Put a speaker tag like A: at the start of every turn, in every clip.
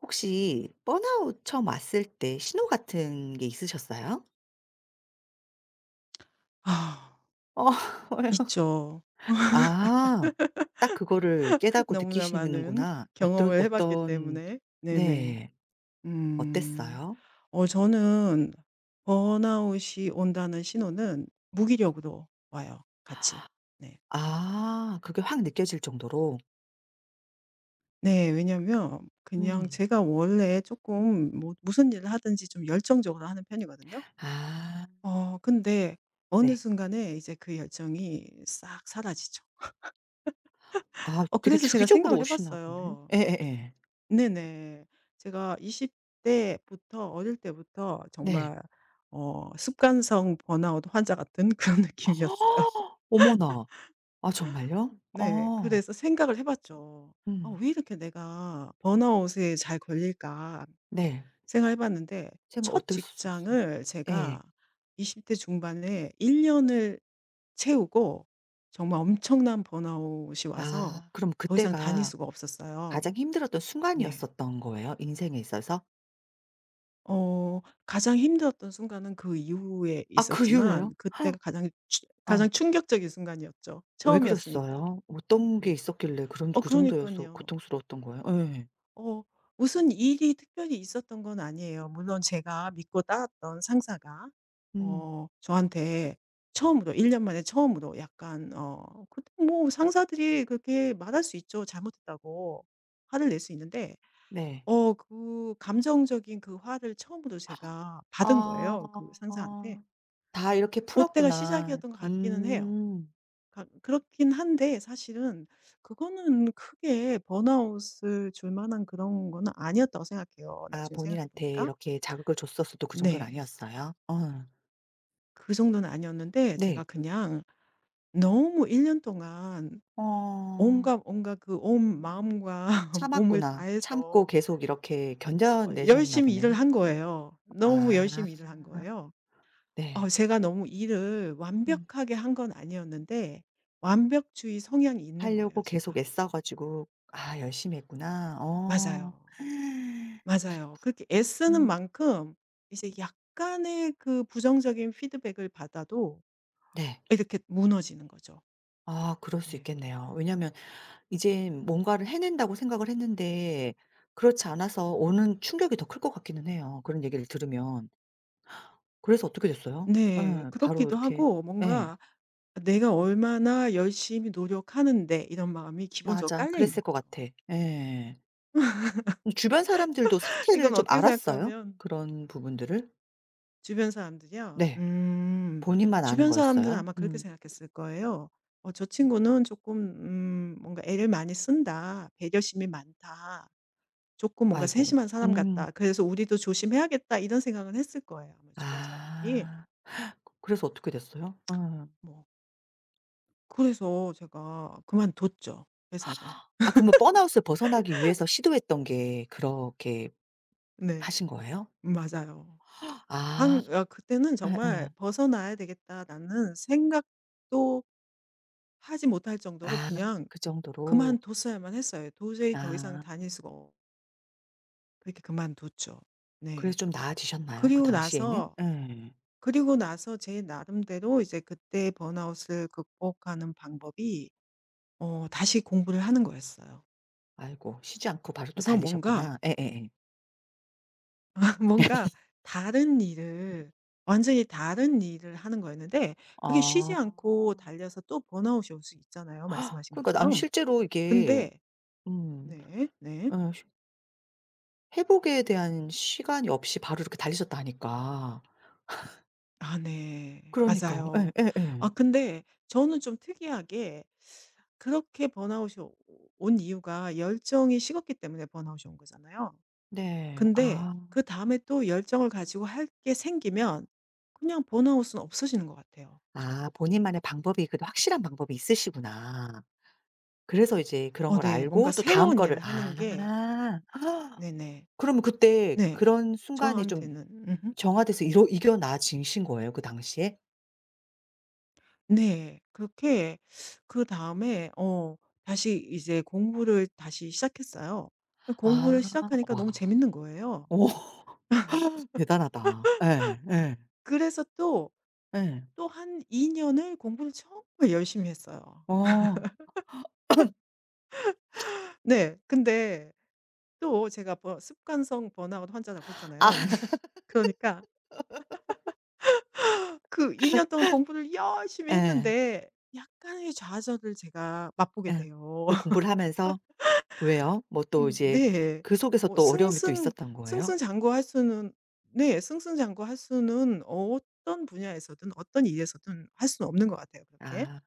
A: 혹시 번아웃 처음 왔을 때 신호 같은 게 있으셨어요?
B: 아
A: 어 요.
B: 있죠.
A: 아. 딱 그거를 깨닫고
B: 너무나 많은
A: 느끼시는구나. 어떤
B: 경험을 해 봤기
A: 어떤
B: 때문에. 네네.
A: 네.
B: 음.
A: 어땠어요?
B: 저는 번아웃이 온다는 신호는 무기력으로 와요 같이. 네.
A: 아, 그게 확 느껴질 정도로.
B: 네. 왜냐면 그냥
A: 음.
B: 제가 원래 조금 뭐 무슨 일을 하든지 좀 열정적으로 하는 편이거든요.
A: 아,
B: 근데 어느
A: 네.
B: 순간에 이제 그 열정이 싹 사라지죠.
A: 아, 되게
B: 그래서 제가
A: 주기적으로
B: 생각을 해
A: 오시나 보네.
B: 봤어요.
A: 예예예.
B: 네네. 제가 20 대부터 어릴 때부터
A: 네.
B: 정말 습관성 번아웃 환자 같은 그런 느낌이었어요.
A: 어머나. 아, 정말요?
B: 네.
A: 어.
B: 그래서 생각을 해 봤죠. '아
A: 음.
B: 왜 이렇게 내가 번아웃에 잘 걸릴까.'
A: 네.
B: 생각해 봤는데,
A: 생각 어
B: 첫
A: 떻게 썼어요?
B: 직장을
A: 예.
B: 제가 20대 중반에 1 년을 채우고 정말 엄청난 번아웃이 와서
A: 아, 그럼
B: 더 이상 다닐
A: 그때가
B: 수가 없었어요.
A: 가장 힘들었던
B: 네.
A: 순간이었었던 거예요? 인생에 있어서?
B: 가장 힘들었던 순간은 그 이후에
A: 아, 그 이후에요?
B: 있었지만,
A: 헉,
B: 그때가
A: 아,
B: 가장 충격적인 순간이었죠.
A: 왜
B: 처음이었으니까.
A: 그랬어요? 어떤 게
B: 네.
A: 있었길래 그런 그 정도여서
B: 그러니깐요.
A: 고통스러웠던 거예요? 예.
B: 어 무슨 일이 특별히 있었던 건 아니에요. 물론 제가 믿고 따랐던 상사가
A: 음
B: 저한테 처음으로, 1년 만에 처음으로 약간 그때, 뭐 상사들이 그렇게 말할 수 있죠, 잘못했다고. 화를 낼 수 있는데,
A: 네.
B: 그 감정적인 그 화를 처음으로 제가 받은 거예요, 그
A: 아.
B: 상사한테.
A: 다 이렇게
B: 그때가
A: 풀었구나.
B: 시작이었던 것 같기는 해요.
A: 음.
B: 가 그렇긴 한데 사실은 그거는 크게 번아웃을 줄 만한 그런 거는 아니었다고 생각해요,
A: 아,
B: 나중에 생각해
A: 본인한테
B: 보니까.
A: 이렇게 자극을 줬었어도 그 정도는
B: 네.
A: 아니었어요?
B: 그 정도는 아니었는데,
A: 네.
B: 제가 그냥 너무 1년 동안
A: 어
B: 온갖, 온갖 그 온 마음과 몸을
A: 참았구나. 참고
B: 다해서
A: 계속 이렇게 견뎌내셨나
B: 열심히 일을
A: 보네요.
B: 한 거예요. 너무
A: 아,
B: 열심히 일을 한 거예요.
A: 네.
B: 제가 너무 일을
A: 음.
B: 완벽하게 한 건 아니었는데, 완벽주의 성향이 있는 거예요
A: 하려고 계속
B: 제가.
A: 애써 가지고 아, 열심히 했구나. 어.
B: 맞아요. 맞아요. 그렇게 애쓰는
A: 음
B: 만큼 이제 약간의 그 부정적인 피드백을 받아도
A: 네.
B: 이렇게 무너지는 거죠.
A: 아, 그럴 수
B: 네.
A: 있겠네요. 왜냐면 이제 뭔가를 해낸다고 생각을 했는데 그렇지 않아서 오는 충격이 더 클 것 같기는 해요, 그런 얘기를 들으면. 그래서 어떻게 됐어요?
B: 네.
A: 예. 바로
B: 그렇기도
A: 이렇게
B: 하고,
A: 예.
B: 뭔가 '내가 얼마나 열심히 노력하는데.' 이런 마음이 기본적으로
A: 맞아,
B: 깔려 있는
A: 그랬을 것
B: 거죠.
A: 같아. 예. 이 주변 사람들도 상태를
B: 이건
A: 좀
B: 어떻게
A: 알았어요?
B: 생각하면,
A: 그런 부분들을?
B: 주변 사람들이요?
A: 네.
B: 음.
A: 본인만 아는
B: 주변 사람들은
A: 거였어요?
B: 아마 그렇게
A: 음.
B: 생각했을 거예요. '어 저 친구는 조금 뭔가 애를 많이 쓴다. 배려심이 많다. 조금 뭔가
A: 아이고.
B: 세심한 사람
A: 음.
B: 같다. 그래서 우리도 조심해야겠다.' 이런 생각을 했을 거예요 아마 주변 사람들이.
A: 아. 그래서 어떻게 됐어요?
B: 뭐 그래서 제가 그만뒀죠, 회사를.
A: 아, 그러면 번아웃을 벗어나기 위해서 시도했던 게 그렇게
B: 네.
A: 하신 거예요?
B: 맞아요.
A: 아.
B: 황 아 그때는 정말
A: 예예.
B: '벗어나야 되겠다.'라는 생각도 하지 못할
A: 아,
B: 정도로 그냥
A: 그 정도로.
B: 그만뒀어야만 했어요. 도저히 더 이상
A: 아.
B: 다닐 수가 없 그렇게 그만뒀죠.
A: 그래서
B: 네.
A: 좀 나아지셨나요? 그
B: 그리고
A: 당시에는?
B: 나서
A: 예.
B: 그리고 나서 제 나름대로 이제 그때 번아웃을 극복하는 방법이 다시 공부를 하는 거였어요.
A: 아이고, 쉬지 않고 바로 또
B: 그래서 뭔가
A: 달리셨구나. 예예예.
B: 뭔가 다른 일을 완전히 다른 일을 하는 거였는데, 그게 쉬지
A: 아.
B: 않고 달려서 또 번아웃이 올 수 있잖아요 말씀하신
A: 그러니까 아는
B: 것처럼.
A: 실제로 이게
B: 근데
A: 음
B: 네. 네.
A: 예 쉬 회복에 대한 시간이 없이 바로 이렇게 달리셨다니까.
B: 아 네.
A: 그러니까요.
B: 맞아요. 아
A: 예예예.
B: 근데 저는 좀 특이하게, 그렇게 번아웃이 오 온 이유가 열정이 식었기 때문에 번아웃이 온 거잖아요.
A: 네.
B: 근데
A: 아.
B: 그다음에 또 열정을 가지고 할 게 생기면 그냥 번아웃은 없어지는 것 같아요
A: 아,
B: 저는.
A: 본인만의 방법이 그래도 확실한 방법이 있으시구나. 그래서 이제 그런 걸
B: 네. 뭔가
A: 알고 또 다음
B: 새로운
A: 거를
B: 일을 하는 게.
A: 아.
B: 네네.
A: 그러면 그때
B: 네.
A: 그런 순간에 좀
B: 저한테는.
A: 정화돼서 이뤄 이겨나지신 거예요 그 당시에?
B: 네. 그렇게 그다음에 다시 이제 공부를 다시 시작했어요. 공부를
A: 아,
B: 시작하니까
A: 와.
B: 너무 재밌는 거예요.
A: 오, 대단하다. 예. 예.
B: 그래서 또,
A: 예.
B: 또 한 2 년을 공부를 정말 열심히 했어요.
A: 어.
B: 네. 근데 또 제가 뭐 습관성 번아웃 환자라고 했잖아요.
A: 아,
B: 그러니까 그 2년 동안 공부를 열심히
A: 예.
B: 했는데 약간의 좌절을 제가 맛보게
A: 예.
B: 돼요.
A: 그 공부를 하면서 왜요? 뭐 또 이제
B: 네.
A: 그 속에서
B: 뭐
A: 또 어려움이 또 있었던 거예요?
B: 승승장구할 수는, 네, 승승장구할 수는 어떤 분야에서든 어떤 일에서든 할 수는 없는 것 같아요 그렇게.
A: 아,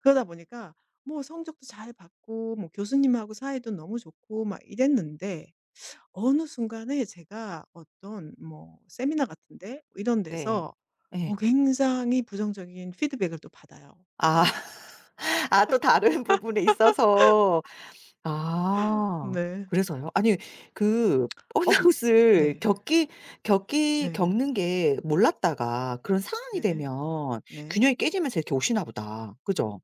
B: 그러다 보니까 뭐 성적도 잘 받고 뭐 교수님하고 사이도 너무 좋고 막 이랬는데, 어느 순간에 제가 어떤 뭐 세미나 같은데 이런
A: 네.
B: 데서
A: 예.
B: 굉장히 부정적인 피드백을 또 받아요.
A: 아. 아, 또 다른 부분에 있어서. 아,
B: 네.
A: 그래서요? 아니 그
B: 어
A: 번아웃을
B: 네.
A: 겪기 겪기
B: 네.
A: 겪는 게 몰랐다가 그런 상황이
B: 네.
A: 되면
B: 네.
A: 균형이 깨지면서 이렇게 오시나 보다. 그죠?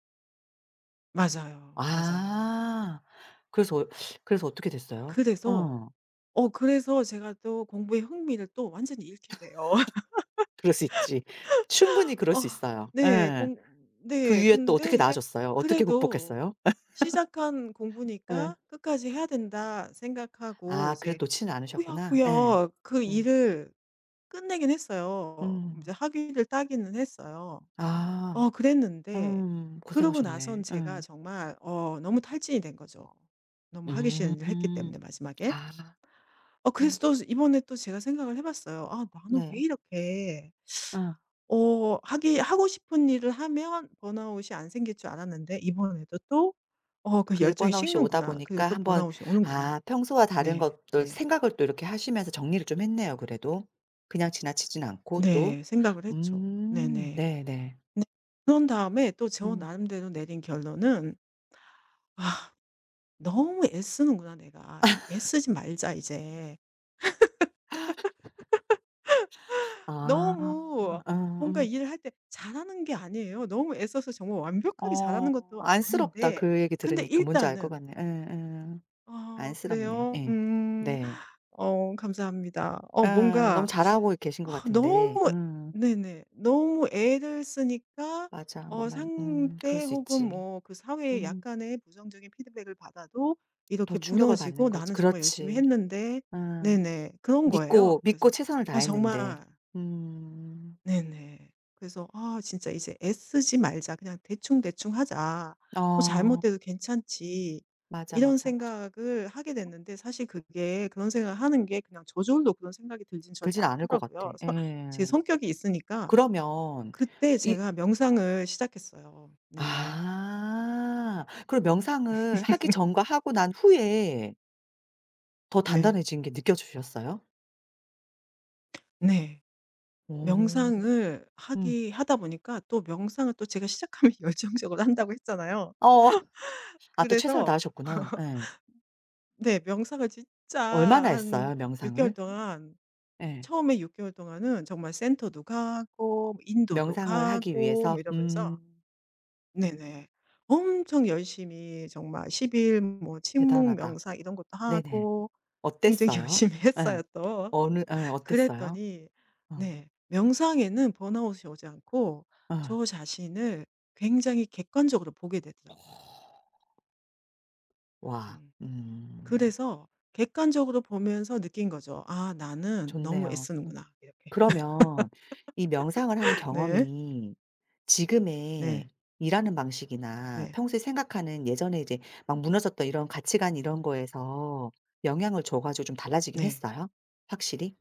B: 맞아요. 맞아요.
A: 아. 그래서 그래서 어떻게 됐어요?
B: 그래서,
A: 어.
B: 그래서 제가 또 공부의 흥미를 또 완전히 잃게 돼요.
A: 그럴 수 있지. 충분히 그럴
B: 어
A: 수 있어요.
B: 네.
A: 예.
B: 공
A: 그
B: 네.
A: 위에 또
B: 근데
A: 어떻게
B: 이제
A: 나아졌어요? 어떻게
B: 그래도
A: 극복했어요?
B: '시작한
A: 예.
B: 공부니까 끝까지 해야 된다.' 생각하고,
A: 아,
B: 이제
A: 그래도 놓지는 않으셨구나. 예.
B: 꾸역꾸역 그
A: 음.
B: 일을 끝내긴 했어요. 이제
A: 음.
B: 학위를 따기는 했어요.
A: 아.
B: 그랬는데,
A: 음.
B: 그러고
A: 고생하셨네.
B: 나선 제가
A: 예.
B: 정말 너무 탈진이 된 거죠. 너무 하기 싫은 일을 했기
A: 음.
B: 때문에 마지막에.
A: 아. 아,
B: 그래서 또 이번에 또 제가 생각을 해 봤어요. '아 나는 왜
A: 네.
B: 이렇게
A: 어.
B: 어 하기 하고 싶은 일을 하면 번아웃이 안 생길 줄 알았는데 이번에도 또 그
A: 그게
B: 열정이
A: 번아웃이 오다
B: 식는구나. 그리고
A: 보니까
B: 또
A: 한번
B: 번아웃이 오는구나.'
A: 아 평소와 다른
B: 네.
A: 것들
B: 네.
A: 생각을 또 이렇게 하시면서 정리를 좀 했네요 그래도. 그냥 지나치진 않고 또.
B: 네. 생각을 했죠. 네네.
A: 음.
B: 네.
A: 네네.
B: 네. 그런 다음에 또 저
A: 음.
B: 나름대로 내린 결론은, '아 너무 애쓰는구나 내가. 좀 애쓰지 말자 이제.'
A: 아.
B: 너무
A: 어
B: 뭔가
A: 음.
B: 일을 할 때 잘하는 게 아니에요. 너무 애써서 정말 완벽하게 잘하는
A: 어,
B: 것도
A: 안쓰럽다
B: 아닌데.
A: 그 얘기
B: 근데
A: 들으니까. 뭔지 알 것
B: 일단은
A: 같네. 예예. 안쓰럽네.
B: 그래요?
A: 예.
B: 음.
A: 네.
B: 감사합니다.'
A: 예. 너무
B: 뭔가
A: 잘하고 계신 것
B: 아
A: 같은데.
B: 너무,
A: 음.
B: 네네. 너무 애를 쓰니까
A: 맞아. 뭔말 그럴
B: 상대
A: 수
B: 혹은
A: 있지.
B: 뭐 그 사회의
A: 음
B: 약간의 부정적인 피드백을 받아도
A: 더
B: 이렇게
A: 충격을 받는
B: 무너지고
A: 거지.
B: '나는 정말 열심히
A: 그렇지.
B: 했는데.'
A: 음.
B: 네네. 그런 거예요.
A: 믿고
B: 그래서
A: 최선을
B: 아,
A: 다했는데.
B: 정말
A: 음.
B: 네네. 그래서 '아 진짜 이제 애쓰지 말자. 그냥 대충대충 하자. 뭐
A: 어
B: 잘못돼도 괜찮지.'
A: 맞아,
B: 이런
A: 맞아.
B: 생각을 하게 됐는데, 사실 그게, 그런 생각을 하는 게 그냥 저절로 그런 생각이 들지는
A: 들
B: 절대
A: 진 않을 것 같아.
B: 않더라고요. 서 제
A: 예.
B: 성격이 있으니까.
A: 그러면
B: 그때
A: 이
B: 제가 명상을 시작했어요. 네네.
A: 아, 그럼 명상을 하기 전과 하고 난 후에 더
B: 네.
A: 단단해진 게 느껴지셨어요?
B: 네.
A: 오.
B: 명상을
A: 음.
B: 하기 하다 보니까, 또 명상을 또 제가 시작하면 열정적으로 한다고 했잖아요.
A: 어 아, 또 최선을
B: 그래서
A: 다하셨구나. 예.
B: 네. 명상을 진짜
A: 얼마나
B: 한
A: 했어요
B: 6 개월
A: 명상을?
B: 동안,
A: 예.
B: 처음에 6 개월 동안은 정말 센터도 가고 뭐 인도도
A: 명상을 하기
B: 가고
A: 위해서?
B: 뭐 이러면서
A: 음.
B: 네네. 엄청 열심히 정말 10 일 뭐 침묵
A: 대단하다.
B: 명상 이런 것도
A: 네네.
B: 하고. 굉장히
A: 어땠어요?
B: 열심히
A: 예.
B: 했어요 또.
A: 어느 예 어땠어요?
B: 그랬더니
A: 어.
B: 네. 명상에는 번아웃이 오지 않고,
A: 어.
B: 저 자신을 굉장히 객관적으로 보게 되더라고요.
A: 와.
B: 음.
A: 음.
B: 그래서 객관적으로 보면서 느낀 거죠. '아 나는 너무
A: 좋네요. 음.
B: 애쓰는구나.' 이렇게.
A: 그러면 이 명상을 하는
B: 네.
A: 경험이 지금의
B: 네.
A: 일하는 방식이나
B: 네.
A: 평소에 생각하는 예전에 이제 막 무너졌던 이런 가치관 이런 거에서 영향을 줘 가지고 좀 달라지긴
B: 네.
A: 했어요? 확실히?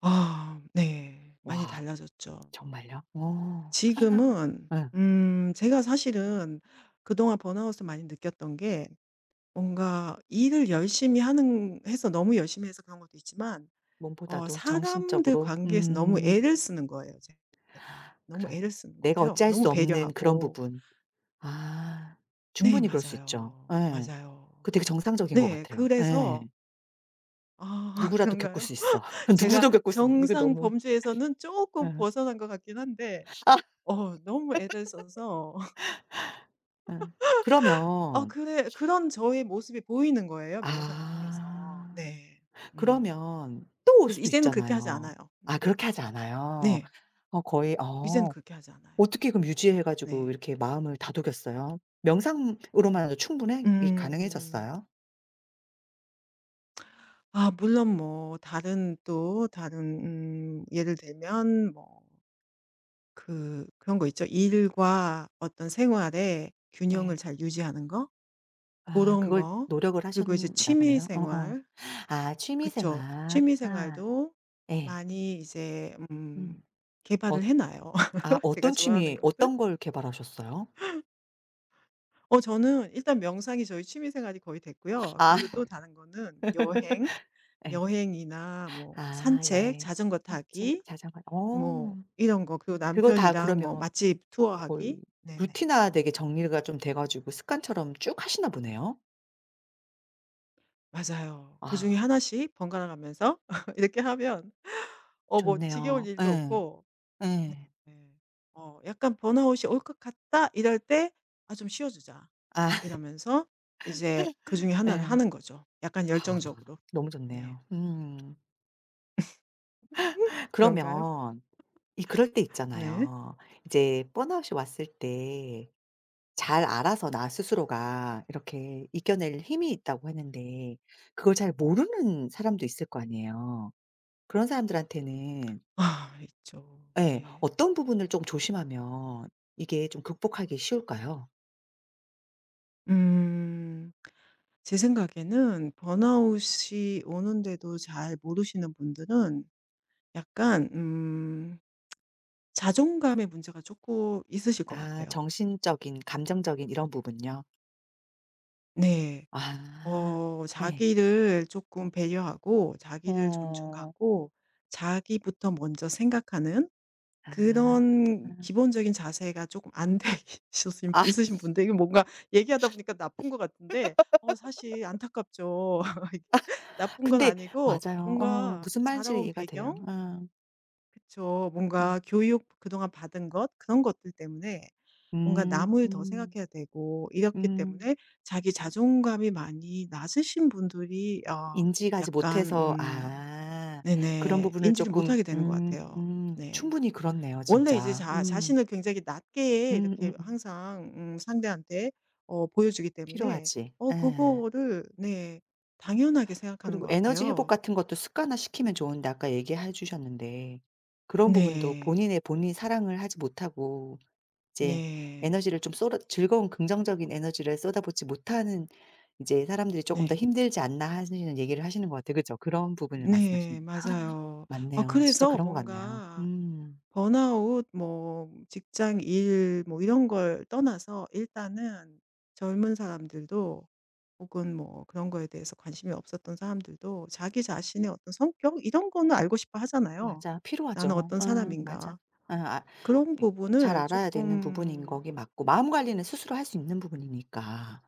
B: 아 네. 많이
A: 와.
B: 달라졌죠.
A: 정말요? 오
B: 지금은
A: 아. 예.
B: 제가 사실은 그동안 번아웃을 많이 느꼈던 게, 뭔가 일을 열심히 하는 해서 너무 열심히 해서 그런 것도 있지만,
A: 몸보다도
B: 사람들
A: 정신적으로
B: 관계에서 너무 애를 쓰는 거예요 제가. 너무
A: 그래.
B: 애를 쓰는
A: 내가
B: 거예요.
A: 어찌할
B: 너무
A: 수 없는 그런
B: 배려하고.
A: 부분. 아,
B: 네
A: 충분히 그럴 수 있죠.
B: 맞아요.
A: 예.
B: 맞아요.
A: 그 되게 정상적인 것
B: 네.
A: 같아요. 예.
B: 그래서 아
A: 누구라도 겪을 수
B: 그런가요?
A: 있어.
B: 제가
A: 누구도 겪을 수 있는 이거
B: 정상
A: 너무
B: 범주에서는 조금
A: 예.
B: 벗어난 것 같긴 한데
A: 아,
B: 너무 애를 써서.
A: 예. 그러면
B: 그런 저의 모습이 보이는 거예요, 명상을 통해서.
A: 아,
B: 네. 음.
A: 그러면 또 올
B: 그래서
A: 수도
B: 이제는 그렇게 하지
A: 있잖아요.
B: 않아요.
A: 아,
B: 네.
A: 그렇게 하지 않아요.
B: 네.
A: 어 거의
B: 이제는
A: 어
B: 그렇게 하지 않아요.
A: 어떻게 그럼 유지해 가지고
B: 네.
A: 이렇게 마음을 다독였어요? 명상으로만 해도 충분해 이
B: 음.
A: 가능해졌어요?
B: 아 물론 뭐 다른 또 다른 예를 들면 뭐 그런 거 있죠. 일과 어떤 생활의 균형을
A: 네.
B: 잘 유지하는 거? 그
A: 아,
B: 런
A: 그걸
B: 거.
A: 노력을
B: 그리고 이제
A: 하셨나
B: 취미
A: 보네요. 어어.
B: 생활.
A: 아,
B: 그쵸.
A: 취미생활.
B: 취미 생활도
A: 예.
B: 많이 이제
A: 음. 어
B: 개발을 해 놔요.
A: 아,
B: 제가
A: 어떤
B: 좋아하는
A: 취미
B: 것들.
A: 어떤 걸 개발하셨어요?
B: 저는 일단 명상이 저희 취미 생활이 거의 됐고요.
A: 아.
B: 그리고 또 다른 거는 뭐 여행,
A: 예.
B: 여행이나 뭐
A: 아,
B: 산책,
A: 여행,
B: 자전거
A: 산책,
B: 타기
A: 자전거.
B: 뭐
A: 어.
B: 이런 거. 그리고
A: 그거 다
B: 남편이랑 뭐
A: 그러면
B: 맛집 투어하기.
A: 거의
B: 네네.
A: 루틴화
B: 네.
A: 되게 정리가 좀 돼 가지고 습관처럼 쭉 하시나 보네요.
B: 맞아요. 그중에
A: 아,
B: 하나씩 번갈아 가면서 이렇게 하면 뭐 지겨울
A: 좋네요.
B: 일도
A: 예.
B: 없고. 네.
A: 예.
B: 네. 약간 '번아웃이 올 것 같다.' 이럴 때 '아 좀 쉬어 주자.'
A: 아
B: 이러면서 이제 그중에 하나를
A: 예.
B: 하는 거죠. 약간
A: 아,
B: 열정적으로.
A: 너무
B: 네.
A: 좋네요. 음.
B: 음, 그런가요?
A: 그러면 이 그럴 때
B: 네.
A: 있잖아요. 이제 번아웃이 왔을 때 잘 알아서 나 스스로가 이렇게 이겨낼 힘이 있다고 했는데 그걸 잘 모르는 사람도 있을 거 아니에요. 그런 사람들한테는
B: 아 있죠.
A: 예
B: 네.
A: 어떤 부분을 좀 조심하면 이게 좀 극복하기 쉬울까요?
B: 음. 제 생각에는 번아웃이 오는데도 잘 모르시는 분들은 약간 자존감의 문제가 조금 있으실 것
A: 아,
B: 같아요.
A: 정신적인, 감정적인 이런 부분요.
B: 네.
A: 아, 네.
B: 자기를 조금 배려하고 자기를
A: 어.
B: 존중하고 자기부터 먼저 생각하는
A: 아.
B: 그런 기본적인 자세가 조금 안 돼
A: 아
B: 있으신 분들. 이게 뭔가 얘기하다 보니까 나쁜 것 같은데 사실 안타깝죠. 이게 나쁜 건
A: 근데
B: 아니고
A: 맞아요. 어
B: 뭔가
A: 무슨 말인지
B: 자라온
A: 이해가 돼요.
B: 배경.
A: 어.
B: 그쵸.
A: 음.
B: 뭔가 교육, 그동안 받은 것, 그런 것들 때문에 뭔가 남을 더
A: 음.
B: 생각해야 되고 이렇기
A: 음.
B: 때문에 자기 자존감이 많이 낮으신 분들이
A: 인지하지
B: 약간
A: 못해서 아 그런
B: 네네.
A: 부분을
B: 인지를
A: 쪼끔
B: 못하게 되는 것 같아요. 네.
A: 충분히 그렇네요
B: 원래 이제
A: 진짜.
B: 자
A: 음.
B: 자신을 굉장히 낮게 이렇게
A: 음음음.
B: 항상 상대한테 보여주기 때문에
A: 필요하지. 예.
B: 그거를, 네, 당연하게 생각하는
A: 그리고
B: 것
A: 에너지 회복
B: 같아요.
A: 같은 것도 습관화시키면 좋은데 아까 얘기해 주셨는데 그런 부분도
B: 네.
A: 본인의 본인 사랑을 하지 못하고 이제
B: 네.
A: 에너지를 좀 쏟아 즐거운 긍정적인 에너지를 쏟아붓지 못하는 이제 사람들이 쪼금 더
B: 네.
A: 힘들지 않나 하시는 얘기를 하시는 것 같아요. 그죠? 그런 부분을 말씀하시는
B: 네.
A: 거예요.
B: 맞아요. 아
A: 맞네요. 진짜
B: 그래서
A: 그런 것 같네요.
B: 뭔가
A: 음.
B: 번아웃, 뭐 직장 일 뭐 이런 걸 떠나서 일단은 젊은 사람들도 혹은 뭐 그런 거에 대해서 관심이 없었던 사람들도 자기 자신의 어떤 성격 이런 거는 알고 싶어 하잖아요.
A: 맞아.
B: '나는
A: 필요하죠.
B: 어떤
A: 어 맞아.
B: 사람인가.'
A: 어 아
B: 그런
A: 이 잘
B: 부분을
A: 알아야 되는 부분인
B: 조금...
A: 거기 맞고 마음 관리는 스스로 할 수 있는 부분이니까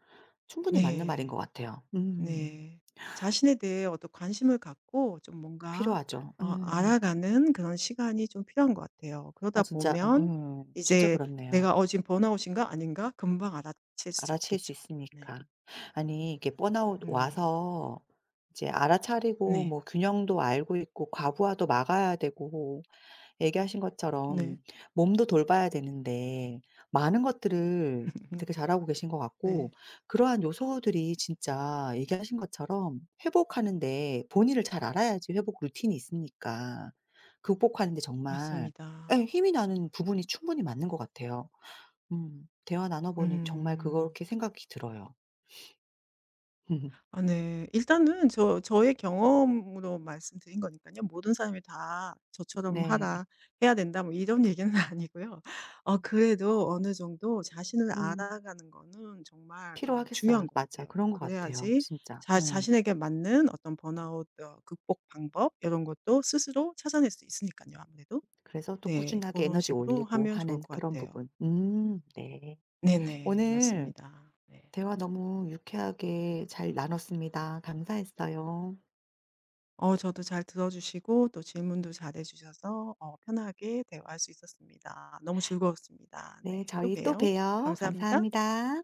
A: 충분히 맞는 말인 것
B: 네.
A: 같아요. 음.
B: 네. 자신에 대해 어떤 관심을 갖고 좀 뭔가
A: 필요하죠. 예.
B: 알아가는 그런 시간이 좀 필요한 것 같아요.
A: 아,
B: 그러다
A: 진짜 어
B: 보면
A: 예. 진짜
B: 이제
A: 그렇네요.
B: '내가 지금 번아웃인가 아닌가?' 금방 알아챌 수
A: 알아챌 수
B: 있겠죠. 네.
A: 있으니까. 아니, 이게 번아웃
B: 음.
A: 와서 이제 알아차리고
B: 네.
A: 뭐 균형도 알고 있고 과부하도 막아야 되고 얘기하신 것처럼
B: 네.
A: 몸도 돌봐야 되는데 많은 것들을 되게 잘하고 계신 것 같고
B: 네.
A: 그러한 요소들이 진짜 얘기하신 것처럼 회복하는 데 본인을 잘 알아야지 회복 루틴이 있으니까 극복하는 데 정말 예
B: 맞습니다.
A: 힘이 나는 부분이 충분히 맞는 것 같아요. 음. 대화 나눠 보니 정말
B: 음.
A: 그렇게 생각이 들어요.
B: 아 네. 일단은 저의 경험으로 말씀드린 거니까요. 모든 사람이 다 "저처럼
A: 네.
B: 하라. 해야 된다." 뭐 이런 얘기는 아니고요.
A: 음.
B: 그래도 어느 정도 자신을
A: 음.
B: 알아가는 거는 정말 중요한
A: 필요하겠어요.
B: 것
A: 맞아,
B: 같아요.
A: 그런 것 같아요
B: 그래야지
A: 진짜.
B: 자
A: 음.
B: 자신에게 맞는 어떤 번아웃 극복 방법 이런 것도 스스로 찾아낼 수 있으니까요 아무래도.
A: 그래서 또
B: 네. 그
A: 꾸준하게
B: 런
A: 에너지
B: 식으로
A: 올리고
B: 하면 좋을
A: 하는
B: 것
A: 그런
B: 같아요.
A: 부분.
B: 음?
A: 네.
B: 네네.
A: 오늘
B: 맞습니다. 네.
A: 대화 너무 유쾌하게 잘 나눴습니다. 감사했어요.
B: 저도 잘 들어주시고 또 질문도 잘해 주셔서 편하게 대화할 수 있었습니다. 너무 즐거웠습니다.
A: 네.
B: 네. 또
A: 저희 또
B: 봬요.
A: 봬요.
B: 감사합니다.
A: 감사합니다.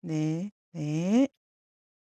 B: 네. 네.